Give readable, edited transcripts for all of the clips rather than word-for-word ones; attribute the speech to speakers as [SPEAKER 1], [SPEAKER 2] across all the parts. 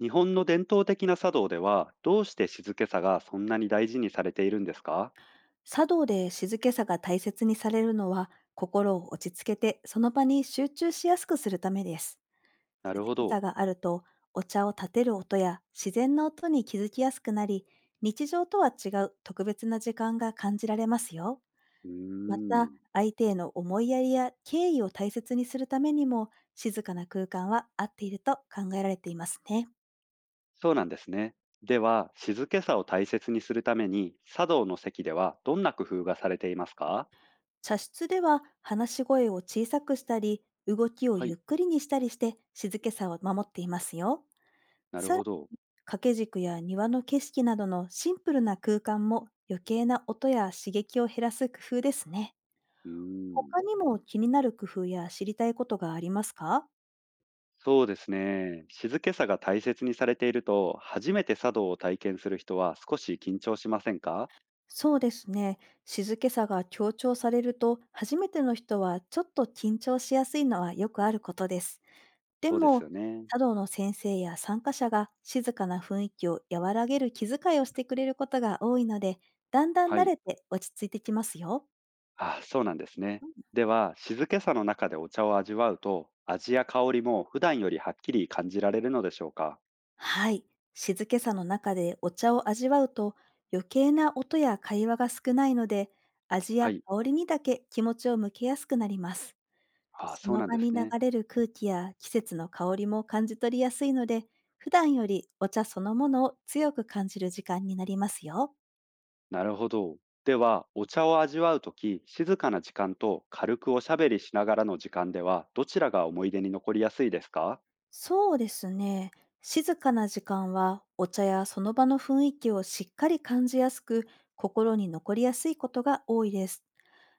[SPEAKER 1] 日本の伝統的な茶道では、どうして静けさがそんなに大事にされているんですか？
[SPEAKER 2] 茶道で静けさが大切にされるのは、心を落ち着けてその場に集中しやすくするためです。
[SPEAKER 1] な
[SPEAKER 2] 静
[SPEAKER 1] るほ
[SPEAKER 2] け
[SPEAKER 1] ど。
[SPEAKER 2] さがあると、お茶を立てる音や自然な音に気づきやすくなり、日常とは違う特別な時間が感じられますよ。
[SPEAKER 1] うー
[SPEAKER 2] また、
[SPEAKER 1] ん。
[SPEAKER 2] 相手への思いやりや敬意を大切にするためにも、静かな空間は合っていると考えられていますね。
[SPEAKER 1] そうなんですね。では、静けさを大切にするために、茶道の席ではどんな工夫がされていますか？
[SPEAKER 2] 茶室では話し声を小さくしたり、動きを
[SPEAKER 1] は
[SPEAKER 2] ゆ
[SPEAKER 1] い、
[SPEAKER 2] っくりにしたりして静けさを守っていますよ。
[SPEAKER 1] なる
[SPEAKER 2] さら
[SPEAKER 1] ほ
[SPEAKER 2] に
[SPEAKER 1] ど。
[SPEAKER 2] 掛け軸や庭の景色などのシンプルな空間も余計な音や刺激を減らす工夫ですね。
[SPEAKER 1] うーん。
[SPEAKER 2] 他にも気になる工夫や知りたいことがありますか？
[SPEAKER 1] そうですね。静けさが大切にされていると、初めて茶道を体験する人は少し緊張しませんか？
[SPEAKER 2] そうですね。静けさが強調されると初めての人はちょっと緊張しやすいのはよくあることです。で
[SPEAKER 1] そうです
[SPEAKER 2] も、
[SPEAKER 1] よね。
[SPEAKER 2] 茶道の先生や参加者が静かな雰囲気を和らげる気遣いをしてくれることが多いので、だんだ
[SPEAKER 1] は
[SPEAKER 2] ん慣
[SPEAKER 1] い。
[SPEAKER 2] れて落ち着いてきますよ。
[SPEAKER 1] あ、そうなんですね。
[SPEAKER 2] うん。
[SPEAKER 1] では、静けさの中でお茶を味わうと、味や香りも普段よりはっきり感じられるのでしょうか？
[SPEAKER 2] はい。静けさの中でお茶を味わうと、余計な音や会話が少ないので、味
[SPEAKER 1] は
[SPEAKER 2] や
[SPEAKER 1] い。
[SPEAKER 2] 香りにだけ気持ちを向けやすくなります。
[SPEAKER 1] あ、
[SPEAKER 2] そ
[SPEAKER 1] そう
[SPEAKER 2] の
[SPEAKER 1] なん
[SPEAKER 2] 場
[SPEAKER 1] で
[SPEAKER 2] に
[SPEAKER 1] す
[SPEAKER 2] 流
[SPEAKER 1] ね。
[SPEAKER 2] れる空気や季節の香りも感じ取りやすいので、普段よりお茶そのものを強く感じる時間になりますよ。
[SPEAKER 1] なるほど。では、お茶を味わうとき、静かな時間と軽くおしゃべりしながらの時間では、どちらが思い出に残りやすいですか？
[SPEAKER 2] そうですね。静かな時間はお茶やその場の雰囲気をしっかり感じやすく、心に残りやすいことが多いです。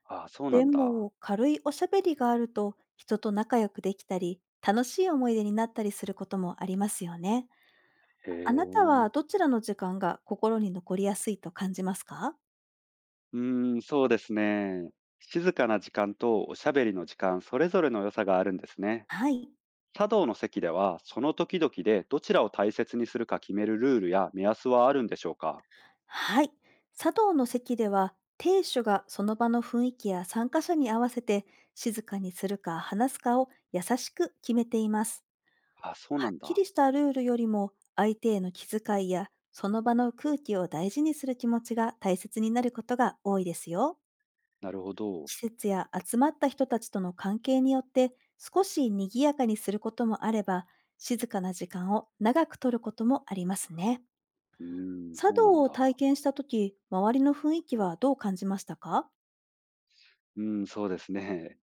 [SPEAKER 1] あ、そうな
[SPEAKER 2] で
[SPEAKER 1] んだ。
[SPEAKER 2] も、軽いおしゃべりがあると、人と仲良くできたり、楽しい思い出になったりすることもありますよね。
[SPEAKER 1] へ
[SPEAKER 2] あなた
[SPEAKER 1] え。
[SPEAKER 2] はどちらの時間が心に残りやすいと感じますか？
[SPEAKER 1] うーん、そうですね。静かな時間とおしゃべりの時間、それぞれの良さがあるんですね。
[SPEAKER 2] はい。
[SPEAKER 1] 茶道の席では、その時々でどちらを大切にするか決めるルールや目安はあるんでしょうか？
[SPEAKER 2] はい。茶道の席では、亭主がその場の雰囲気や参加者に合わせて、静かにするか話すかを優しく決めています。
[SPEAKER 1] あ、そうな
[SPEAKER 2] はっ
[SPEAKER 1] ん
[SPEAKER 2] き
[SPEAKER 1] だ。
[SPEAKER 2] りしたルールよりも、相手への気遣いや、その場の空気を大事にする気持ちが大切になることが多いですよ。
[SPEAKER 1] なるほど。
[SPEAKER 2] 季節や集まった人たちとの関係によって、少し賑やかにすることもあれば、静かな時間を長く取ることもありますね。
[SPEAKER 1] うーん、
[SPEAKER 2] 茶
[SPEAKER 1] そうなん
[SPEAKER 2] 道を体
[SPEAKER 1] だ。
[SPEAKER 2] 験した時、周りの雰囲気はどう感じましたか？
[SPEAKER 1] うーん、そうですね。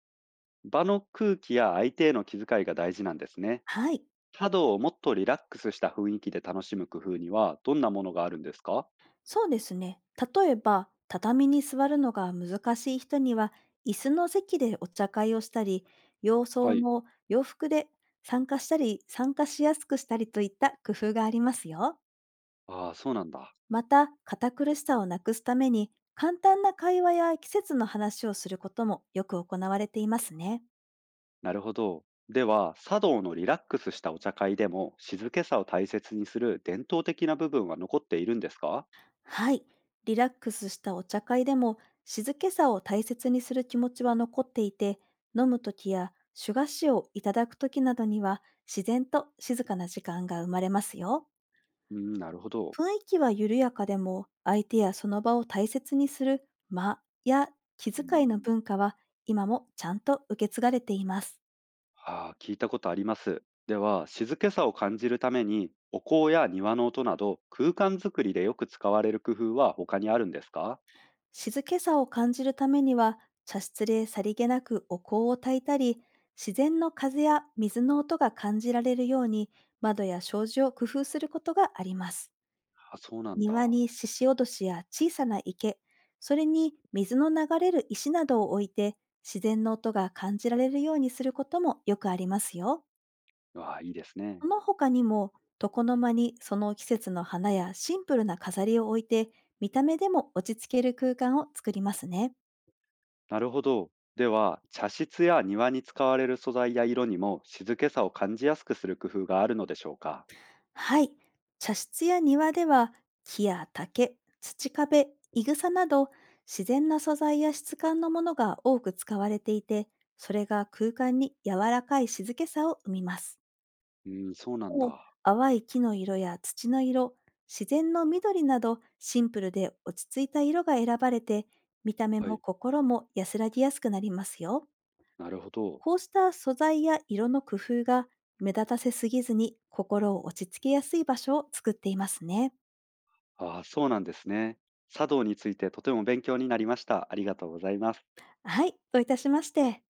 [SPEAKER 1] 場の空気や相手への気遣いが大事なんですね。
[SPEAKER 2] はい、
[SPEAKER 1] 茶道をもっとリラックスした雰囲気で楽しむ工夫にはどんなものがあるんですか？
[SPEAKER 2] そうですね。例えば、畳に座るのが難しい人には、椅子の席でお茶会をしたり、洋
[SPEAKER 1] は
[SPEAKER 2] 装
[SPEAKER 1] い。
[SPEAKER 2] も洋服で参加したり、参加しやすくしたりといった工夫がありますよ。
[SPEAKER 1] ああ、そうなんだ。
[SPEAKER 2] また、堅苦しさをなくすために、簡単な会話や季節の話をすることもよく行われていますね。
[SPEAKER 1] なるほど。では、茶道のリラックスしたお茶会でも静けさを大切にする伝統的な部分は残っているんですか？
[SPEAKER 2] はい。リラックスしたお茶会でも、静けさを大切にする気持ちは残っていて、飲むときや手菓子をいただくときなどには、自然と静かな時間が生まれますよ。
[SPEAKER 1] うん、なるほど。
[SPEAKER 2] 雰囲気は緩やかでも、相手やその場を大切にする間や気
[SPEAKER 1] う
[SPEAKER 2] 遣いの
[SPEAKER 1] ん。
[SPEAKER 2] 文化は、今もちゃんと受け継がれています。
[SPEAKER 1] ああ、聞いたことあります。では、静けさを感じるために、お香や庭の音など、空間づくりでよく使われる工夫は他にあるんですか？
[SPEAKER 2] 静けさを感じるためには、茶室でさりげなくお香を焚いたり、自然の風や水の音が感じられるように、窓や障子を工夫することがあります。
[SPEAKER 1] あ、そうなん
[SPEAKER 2] 庭
[SPEAKER 1] だ。
[SPEAKER 2] に獅子おどしや小さな池、それに水の流れる石などを置いて、自然の音が感じられるようにすることもよくありますよ。
[SPEAKER 1] わあ、いいですね。
[SPEAKER 2] その他にも、床の間にその季節の花やシンプルな飾りを置いて、見た目でも落ち着ける空間を作りますね。
[SPEAKER 1] なるほど。では、茶室や庭に使われる素材や色にも静けさを感じやすくする工夫があるのでしょうか？
[SPEAKER 2] はい。茶室や庭では木や竹、土壁、いぐさなど自然な素材や質感のものが多く使われていて、それが空間に柔らかい静けさを生みます。
[SPEAKER 1] うん、そうなん
[SPEAKER 2] もう
[SPEAKER 1] だ。
[SPEAKER 2] 淡い木の色や土の色、自然の緑などシンプルで落ち着いた色が選ばれて、見た目
[SPEAKER 1] は
[SPEAKER 2] も
[SPEAKER 1] い。
[SPEAKER 2] 心も安らぎやすくなりますよ。
[SPEAKER 1] なるほど。
[SPEAKER 2] こうした素材や色の工夫が目立たせすぎずに心を落ち着けやすい場所を作っていますね。
[SPEAKER 1] ああ、そうなんですね。茶道についてとても勉強になりました。ありがとうございます。
[SPEAKER 2] はい、どういたしまして。